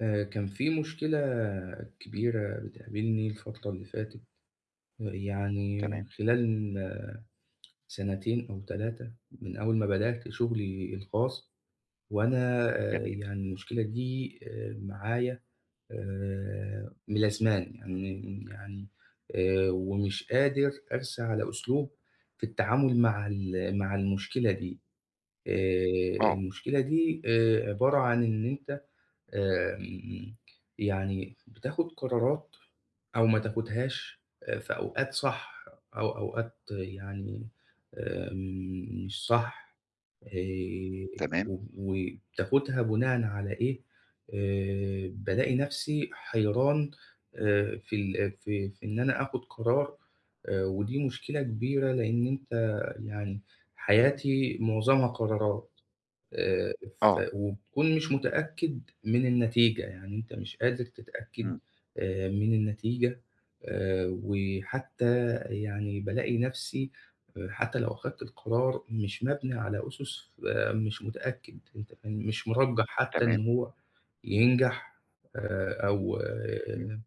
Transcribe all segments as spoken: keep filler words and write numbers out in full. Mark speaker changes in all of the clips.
Speaker 1: آآ كان في مشكلة كبيرة بتقابلني الفترة اللي فاتت، يعني
Speaker 2: تمام،
Speaker 1: خلال آه، سنتين أو ثلاثة من أول ما بدأت شغلي الخاص، وأنا آآ
Speaker 2: جميل،
Speaker 1: يعني المشكلة دي آآ معايا آآ ملازماني، يعني يعني آآ ومش قادر أرسى على أسلوب في التعامل مع ال مع المشكلة دي. آآ
Speaker 2: آه،
Speaker 1: المشكلة دي آآ عبارة عن إن أنت آمم، يعني بتاخد قرارات أو ما تاخدهاش آآ في أوقات صح أو أوقات يعني آمم، مش صح آآ،
Speaker 2: تمام،
Speaker 1: و وبتاخدها بناءً على إيه، آآ، بالاقي نفسي حيران آآ، في ال في في إن أنا آخد قرار آآ، ودي مشكلة كبيرة لإن أنت يعني حياتي معظمها قرارات. آآ ف
Speaker 2: آه،
Speaker 1: وبتكون مش متأكد من النتيجة، يعني أنت مش قادر تتأكد
Speaker 2: إمم،
Speaker 1: آآ من النتيجة، آآ وحتى يعني بالاقي نَفْسي آآ حتى لو أخدت القرار مش مبني على أُسُس آآ مش متأكد، أنت فاهم؟ مش مُرجّح حتى إن
Speaker 2: تمام،
Speaker 1: هو ينجح آآ أو
Speaker 2: إمم،
Speaker 1: آه،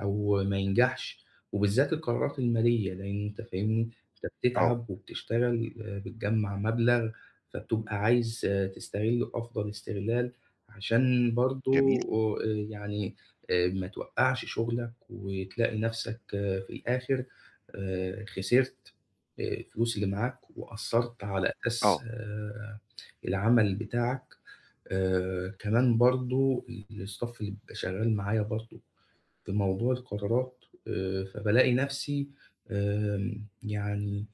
Speaker 1: أو ما ينجحش، وبالذات القرارات المالية، لإن أنت فاهمني، أنت
Speaker 2: آه،
Speaker 1: بتتعب وبتشتغل آآ، بتجمّع مبلغ، فبتبقى عايز آه، تستغله أفضل استغلال، عشان
Speaker 2: جميل،
Speaker 1: برضه آآ، يعني آآ، ما توقّعش شغلك وتلاقي نفسك آه، في الآخر آآ، خسرت آآ، الفلوس اللي معاك وأثّرت على أساس
Speaker 2: آه،
Speaker 1: آآ، العمل بتاعك. آآ، كمان
Speaker 2: إمم،
Speaker 1: برضه الstaff اللي بيبقى شغال معايا برضه في موضوع القرارات آآ، فبالاقي نفسي آمم، يعني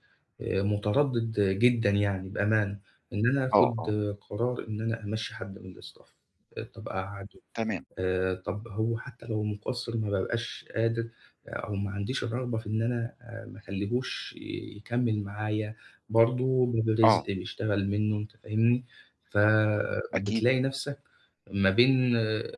Speaker 1: آآ، متردد جدًا يعني بأمانة، إن أنا
Speaker 2: آه،
Speaker 1: آخد
Speaker 2: آه،
Speaker 1: قرار إن أنا أمشّي حد من الstaff آآ، طب أقعّده
Speaker 2: تمام،
Speaker 1: آآ، طب هو حتى لو مقصّر ما بابقاش قادر آه، أو ما عنديش الرغبة في إن أنا آآ، ما أخلّيهوش يكمّل معايا، برضه باب الرزق
Speaker 2: آه،
Speaker 1: بيشتغل منّه أنت فاهمني،
Speaker 2: أكيد،
Speaker 1: فبتلاقي نفسك ما بين آآ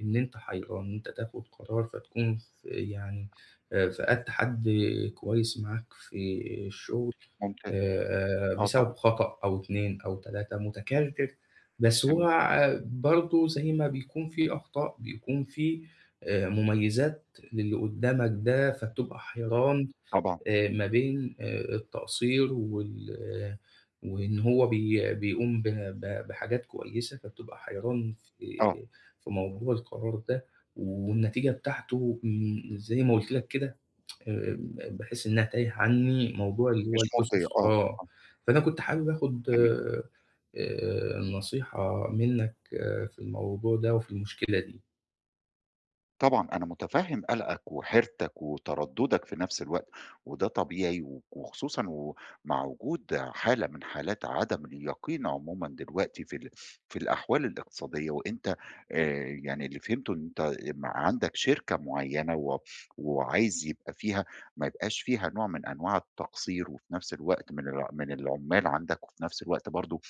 Speaker 1: إن أنت حيران، إن أنت تاخد قرار فتكون في يعني آآ فقدت حد كويس معاك في الشغل
Speaker 2: ممتاز،
Speaker 1: آآ
Speaker 2: آه
Speaker 1: بسبب
Speaker 2: طبعًا،
Speaker 1: خطأ أو اثنين أو ثلاثة متكرر، بس هو
Speaker 2: جميل،
Speaker 1: ع برضه زي ما بيكون في أخطاء، بيكون في آآ مميزات للي قدّامك ده، فبتبقى حيران
Speaker 2: طبعًا،
Speaker 1: آآ ما بين آآ التقصير وال آه، وإن هو بي بيقوم ب ب بحاجات كويسة، فبتبقى حيران
Speaker 2: آه،
Speaker 1: في في موضوع القرار ده، والنتيجة بتاعته امم، زي ما قُلت لك كده آآ باحس إنها تايه عني موضوع اللي
Speaker 2: مش
Speaker 1: هو
Speaker 2: مرضية،
Speaker 1: الأُسس
Speaker 2: آه،
Speaker 1: آه،
Speaker 2: آه،
Speaker 1: فأنا كنت حابب آخُد
Speaker 2: جميل.
Speaker 1: آآ نصيحة منّك آه، في الموضوع ده وفي المشكلة دي.
Speaker 2: طبعًا أنا متفهم قلقك وحيرتك وترددك في نفس الوقت، وده طبيعي و وخصوصًا ومع وجود حالة من حالات عدم اليقين عمومًا دلوقتي في ال في الأحوال الاقتصادية، وأنت آآ يعني اللي فهمته إن أنت م عندك شركة معينة و وعايز يبقى فيها ما يبقاش فيها نوع من أنواع التقصير، وفي نفس الوقت من الع من العمال عندك، وفي نفس الوقت برضه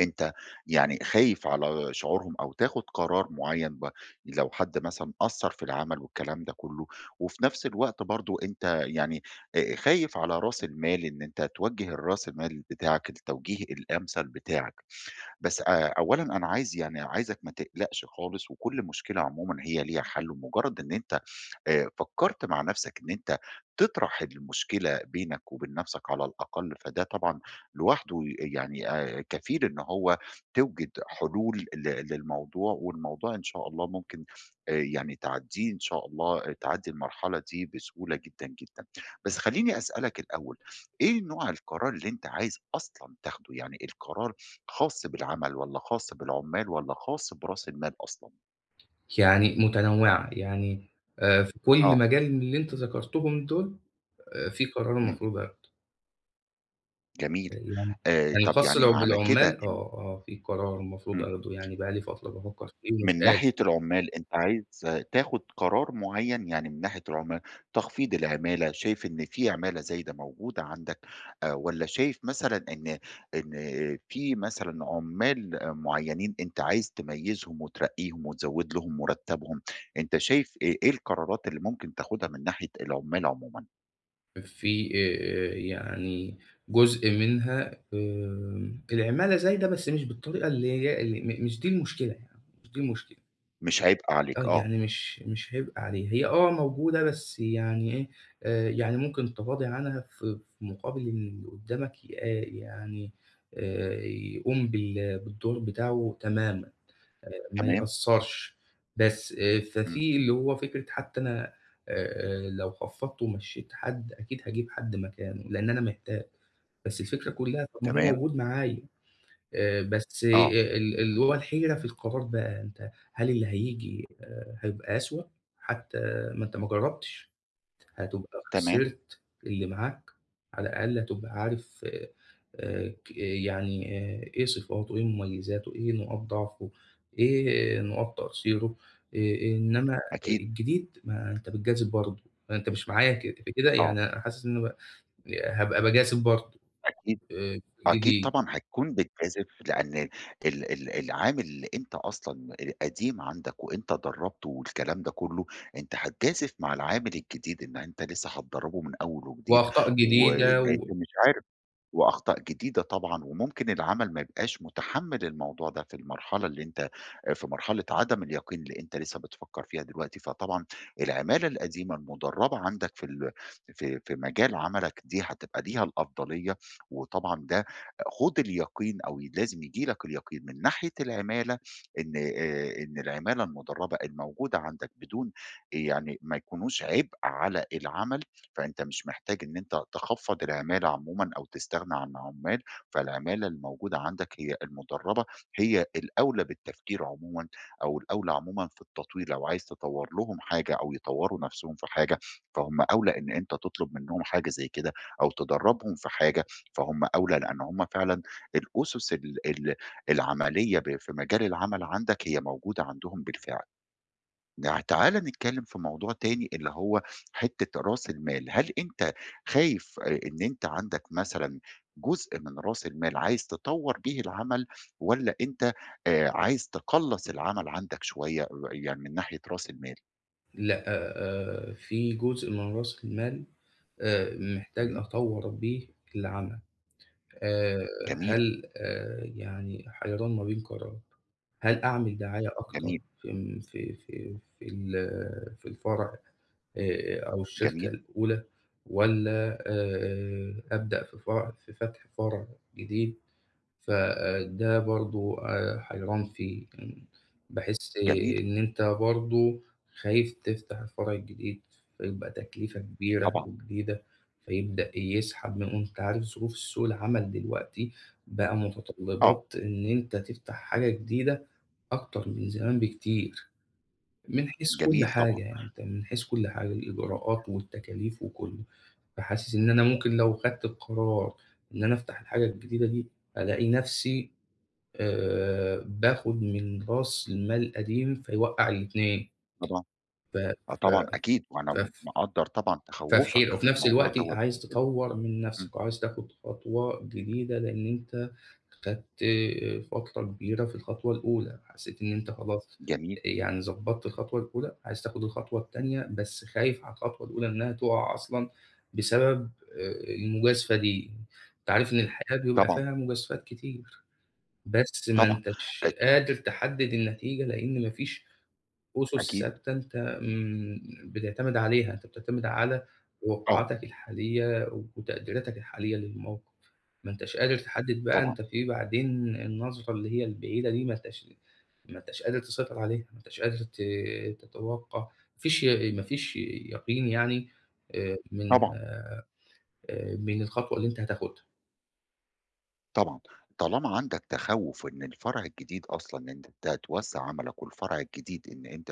Speaker 2: أنت يعني خايف على شعورهم أو تاخد قرار معيّن ب لو حد مثلًا قصّر في العمل والكلام ده كلّه، وفي نفس الوقت برضه أنت يعني آآ خايف على راس المال إن أنت توجّه الراس المال بتاعك التوجيه الأمثل بتاعك، بس آآ أولًا أنا عايز يعني عايزك ما تقلقش خالص وكل مشكلة عمومًا هي ليها حل، ومجرّد إن أنت آآ فكّرت مع نَفْسك إن أنت تطرح المشكلة بينك وبين نَفْسك على الأقل، فده طبعًا لوحده يعني آآ كفيل إن هو توجد حلول ل للموضوع، والموضوع إن شاء الله ممكن آآ يعني تعدّيه إن شاء الله آه، تعدّي المرحلة دي بسهولة جدًا، جدًا. بس خلّيني أسألك الأول، إيه نوع القرار اللي أنت عايز أصلًا تاخده؟ يعني القرار خاص بالعمل والّا خاص بالعُمّال والّا خاص برأس المال أصلًا؟
Speaker 1: يعني متنوّعة، يعني آآ في كل
Speaker 2: آه.
Speaker 1: مجال من اللي أنت ذكرتهم دول آآ في قرار
Speaker 2: إمم.
Speaker 1: المفروض آخده،
Speaker 2: جميل.
Speaker 1: يعني
Speaker 2: آآ
Speaker 1: يعني
Speaker 2: طَب
Speaker 1: الخاص
Speaker 2: يعني
Speaker 1: لو
Speaker 2: معنى كده.
Speaker 1: بالعمّال آه، آه، في قرار المفروض
Speaker 2: إمم.
Speaker 1: آخده، يعني بقى لي فترة بافكّر فيه ومش
Speaker 2: من
Speaker 1: قادر.
Speaker 2: ناحية العمّال أنت عايز آه، تاخُد قرار معيّن، يعني من ناحية العمّال تخفيض العمالة، شايف إن في عمالة زايدة موجودة عندك آآ والّا شايف مثلًا إن إن في مثلًا عمّال آه، معيّنين أنت عايز تميّزهم وترقّيهم وتزوّد لهم مُرتّبهم، أنت شايف إيه إيه القرارات اللي ممكن تاخُدها من ناحية العمّال عمومًا؟
Speaker 1: في آآ يعني جزء منها آمم العمالة زايدة بس مش بالطريقة اللي هي اللي م مش دي المشكلة يعني، مش دي المشكلة.
Speaker 2: مش عبء عليك،
Speaker 1: آه،
Speaker 2: آه،
Speaker 1: يعني مش مش هيبقى عليها، هي آه موجودة بس يعني إيه، آآ يعني ممكن تتغاضي عنها في في مقابل إن اللي قدّامك ي يعني آآ يقوم بال بالدور بتاعه تمامًا. آآ ما
Speaker 2: تمام،
Speaker 1: يأثّرش، بس آآ
Speaker 2: إمم،
Speaker 1: ففي اللي هو فكرة حتّى أنا آآ لو خفّضت ومشّيت حد أكيد هاجيب حد مكانه، لإن أنا محتاج، بس الفكرة كُلّها طَب ما هو
Speaker 2: تمام،
Speaker 1: موجود معايا، آآ بس آآ
Speaker 2: آه،
Speaker 1: ال اللي هو الحيرة في القرار بقى، أنت هل اللي هييجي آآ هيبقى أسوأ، حتّى ما أنت ما جرّبتش؟ هتبقى
Speaker 2: تمام،
Speaker 1: خسرت اللي معاك، على الأقل هتبقى عارف آآ ك آه، يعني آآ إيه صفاته، إيه مميزاته، إيه نقاط ضعفه، إيه آه، نقاط تقصيره، آآ إنما
Speaker 2: أكيد،
Speaker 1: الجديد ما أنت بتجازف برضه، أنت مش معايا ك في كده؟
Speaker 2: آه،
Speaker 1: يعني أنا حاسس إن أنا ب هابقى باجازف برضه
Speaker 2: أكيد.
Speaker 1: آآ
Speaker 2: أكيد
Speaker 1: جديد
Speaker 2: طبعًا هتكون بتجازف، لأن ال ال العامل اللي أنت أصلًا آآ قديم عندك وأنت درّبته والكلام ده كلّه، أنت هتجازف مع العامل الجديد إن أنت لسه هتدرّبه من أول وجديد،
Speaker 1: وأخطاء جديدة
Speaker 2: وأنت
Speaker 1: و
Speaker 2: مش عارف وأخطاء جديدة طبعًا، وممكن العمل ما يبقاش متحمّل الموضوع ده في المرحلة اللي أنت في مرحلة عدم اليقين اللي أنت لسه بتفكّر فيها دلوقتي، فطبعًا العمالة القديمة المُدرّبة عندك في ال في في مجال عملك دي هتبقى ليها الأفضلية، وطبعًا ده خُد اليقين أو لازم ييجي لك اليقين من ناحية العمالة إن آآ إن العمالة المُدرّبة الموجودة عندك بدون يعني ما يكونوش عبء على العمل. فأنت مش محتاج إن أنت تخفّض العمالة عمومًا أو تستغنى عن عمّال، فالعمالة الموجودة عندك هي المُدرّبة، هي الأولى بالتفكير عمومًا أو الأولى عمومًا في التطوير، لو عايز تطوّر لهم حاجة أو يطوّروا نَفْسهم في حاجة، فهُم أولى إن أنت تطلب منّهم حاجة زي كده أو تدرّبهم في حاجة، فهُم أولى لإن هم فعلًا الأُسُس ال ال العملية ب في مجال العمل عندك هي موجودة عندهم بالفعل. نع تعالَ نتكلم في موضوع تاني اللي هو حتّة رأس المال، هل أنت خايف آآ إن أنت عندك مثلًا جزء من رأس المال عايز تطوّر بيه العمل والّا أنت آآ عايز تقلّص العمل عندك شوية ر يعني من ناحية رأس المال؟
Speaker 1: لأ، آآ في جزء من رأس المال آآ محتاج
Speaker 2: إمم،
Speaker 1: أطوّر بيه العمل. آآ
Speaker 2: جميل،
Speaker 1: هل آآ يعني حيران ما بين قرار، هل أعمل دعاية أكتر
Speaker 2: جميل،
Speaker 1: في م في في في ال في الفرع آآ أو الشركة
Speaker 2: جميل،
Speaker 1: الأولى، والّا آآ أبدأ في فر في فتح فرع جديد، فده برضه آآ حيران فيه، يعني باحس
Speaker 2: جميل،
Speaker 1: إن أنت برضه خايف تفتح الفرع الجديد، فيبقى تكلفة كبيرة
Speaker 2: طبعًا،
Speaker 1: وجديدة، فيبدأ يسحب من، وأنت عارف ظروف سوق العمل دلوقتي، بقى
Speaker 2: آه،
Speaker 1: متطلبات إن أنت تفتح حاجة جديدة أكتر من زمان بكتير، من حيث كل
Speaker 2: جميل
Speaker 1: حاجة
Speaker 2: طبعًا،
Speaker 1: يعني أنت من حيث كل حاجة،
Speaker 2: إمم،
Speaker 1: الإجراءات والتكاليف وكله، فحاسس إن أنا ممكن لو خدت القرار إن أنا أفتح الحاجة الجديدة دي، ألاقي نفسي آآ باخُد من راس المال القديم فيوقّع الاتنين،
Speaker 2: طبعًا،
Speaker 1: ف
Speaker 2: آه
Speaker 1: ف
Speaker 2: طبعًا أكيد، وأنا
Speaker 1: فف
Speaker 2: مقدّر طبعًا
Speaker 1: ففي
Speaker 2: تخوّفك
Speaker 1: حيرة وفي
Speaker 2: في
Speaker 1: نفس
Speaker 2: الموضوع
Speaker 1: الوقت
Speaker 2: دوّة
Speaker 1: عايز
Speaker 2: جدًا،
Speaker 1: تطوّر من
Speaker 2: إمم،
Speaker 1: نفسك وعايز تاخُد خطوة جديدة، لإن أنت خدت فترة كبيرة في الخطوة الأولى، حسّيت إن أنت خلاص
Speaker 2: جميل،
Speaker 1: يعني ضبّطت الخطوة الأولى، عايز تاخُد الخطوة التانية، بس خايف على الخطوة الأولى إنّها تُقع أصلًا بسبب آآ المجازفة دي، أنت عارف إن الحياة بيبقى
Speaker 2: طبعًا،
Speaker 1: فيها مجازفات كتير. بس ما
Speaker 2: طبعًا،
Speaker 1: أنتش
Speaker 2: أتو
Speaker 1: قادر تحدد النتيجة، لإن ما فيش أُسُس
Speaker 2: أكيد،
Speaker 1: ثابتة أنت امم، بتعتمد عليها، أنت بتعتمد على
Speaker 2: آه،
Speaker 1: توقعاتك الحالية وتقديراتك الحالية للموقف، ما أنتش قادر تحدد بقى
Speaker 2: طبعًا.
Speaker 1: أنت في بعدين النظرة اللي هي البعيدة دي ما أنتش ما أنتش قادر تسيطر عليها، ما أنتش قادر ت تتوقع، ما فيش ي ما فيش يقين يعني آآ، من
Speaker 2: طبعًا،
Speaker 1: آآ، من الخطوة اللي أنت هتاخدها.
Speaker 2: طبعًا. طالما عندك تخوُّف إن الفرع الجديد أصلًا إن أنت توسّع عملك والفرع الجديد إن أنت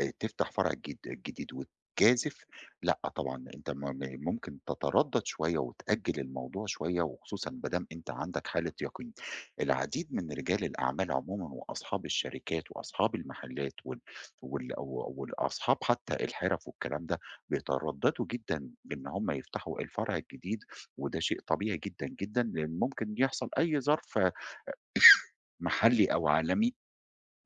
Speaker 2: آآ تفتح فرع جد جديد وتجازف، لأ طبعًا، أنت م م ممكن تتردّد شوية وتأجّل الموضوع شوية وخصوصًا ما دام أنت عندك حالة يقين. العديد من رجال الأعمال عمومًا وأصحاب الشركات وأصحاب المحلات وال وال و والأصحاب حتّى الحِرَف والكلام ده، بيتردّدوا جدًا إن هم يفتحوا الفرع الجديد وده شيء طبيعي جدًا، جدًا، لإن ممكن يحصل أي ظرف محلي أو عالمي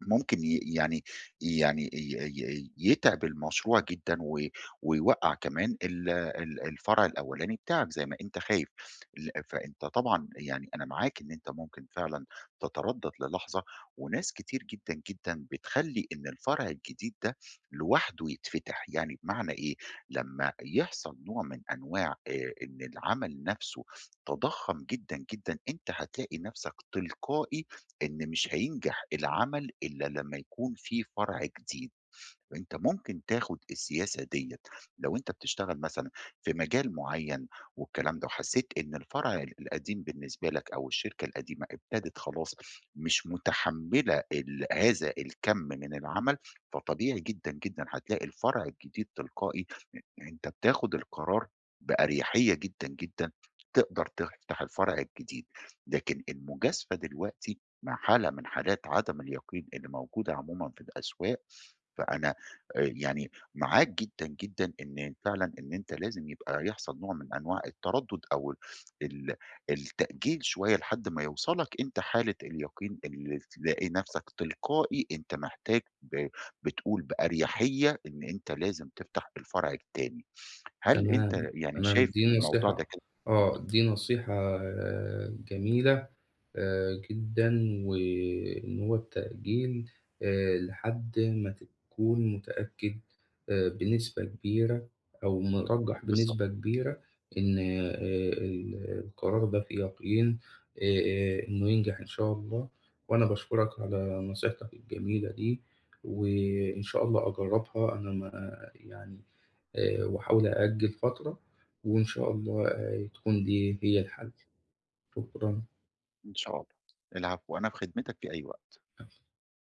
Speaker 2: ممكن ي يعني يعني ي ي يتعب المشروع جدًا و ويوقّع كمان ال ال الفرع الأولاني بتاعك زي ما أنت خايف، ل فأنت طبعًا يعني أنا معاك إن أنت ممكن فعلًا تتردد للحظة، وناس كتير جدًا، جدًا بتخلّي إن الفرع الجديد ده لوحده يتفتح، يعني بمعنى إيه، لمّا يحصل نوع من أنواع آآ إن العمل نفسه تضخّم جدًا، جدًا، أنت هتلاقي نفسك تلقائي إن مش هينجح العمل إلا لمّا يكون في فرع جديد، أنت ممكن تاخد السياسة ديّة لو أنت بتشتغل مثلًا في مجال معيّن والكلام ده وحسيت إن الفرع ال القديم بالنسبة لك أو الشركة القديمة ابتدت خلاص مش متحمّلة ال هذا الكَم من العمل، فطبيعي جدًا، جدًا هتلاقي الفرع الجديد تلقائي أنت بتاخد القرار بأريحية جدًا، جدًا، تقدر تفتح الفرع الجديد، لكن المجازفة دلوقتي مع حالة من حالات عدم اليقين اللي موجودة عمومًا في الأسواق، فأنا آآ يعني معاك جدًا، جدًا إن فعلًا إن أنت لازم يبقى يحصل نوع من أنواع التردد أو ال التأجيل شوية لحد ما يوصلك أنت حالة اليقين اللي تلاقي نفسك تلقائي أنت محتاج ب بتقول بأريحية إن أنت لازم تفتح الفرع التاني. هل أنت
Speaker 1: تمام،
Speaker 2: يعني
Speaker 1: تمام،
Speaker 2: شايف إن
Speaker 1: دي
Speaker 2: الموضوع ده
Speaker 1: نصيحة
Speaker 2: كده؟
Speaker 1: آه، دي نصيحة آه، جميلة آآ جدًا، وإن هو التأجيل آآ لحد ما تكون متأكد آآ بنسبة كبيرة أو مرجّح
Speaker 2: بالضبط،
Speaker 1: بنسبة كبيرة، إن آآ ال القرار ده في يقين آآ إنه ينجح إن شاء الله، وأنا باشكرك على نصيحتك الجميلة دي، وإن شاء الله أجرّبها أنا ما يعني آآ وأحاول أأجّل فترة، وإن شاء الله آآ تكون دي هي الحل، شكرًا.
Speaker 2: إن شاء الله. العفو، أنا في خدمتك في أي وقت.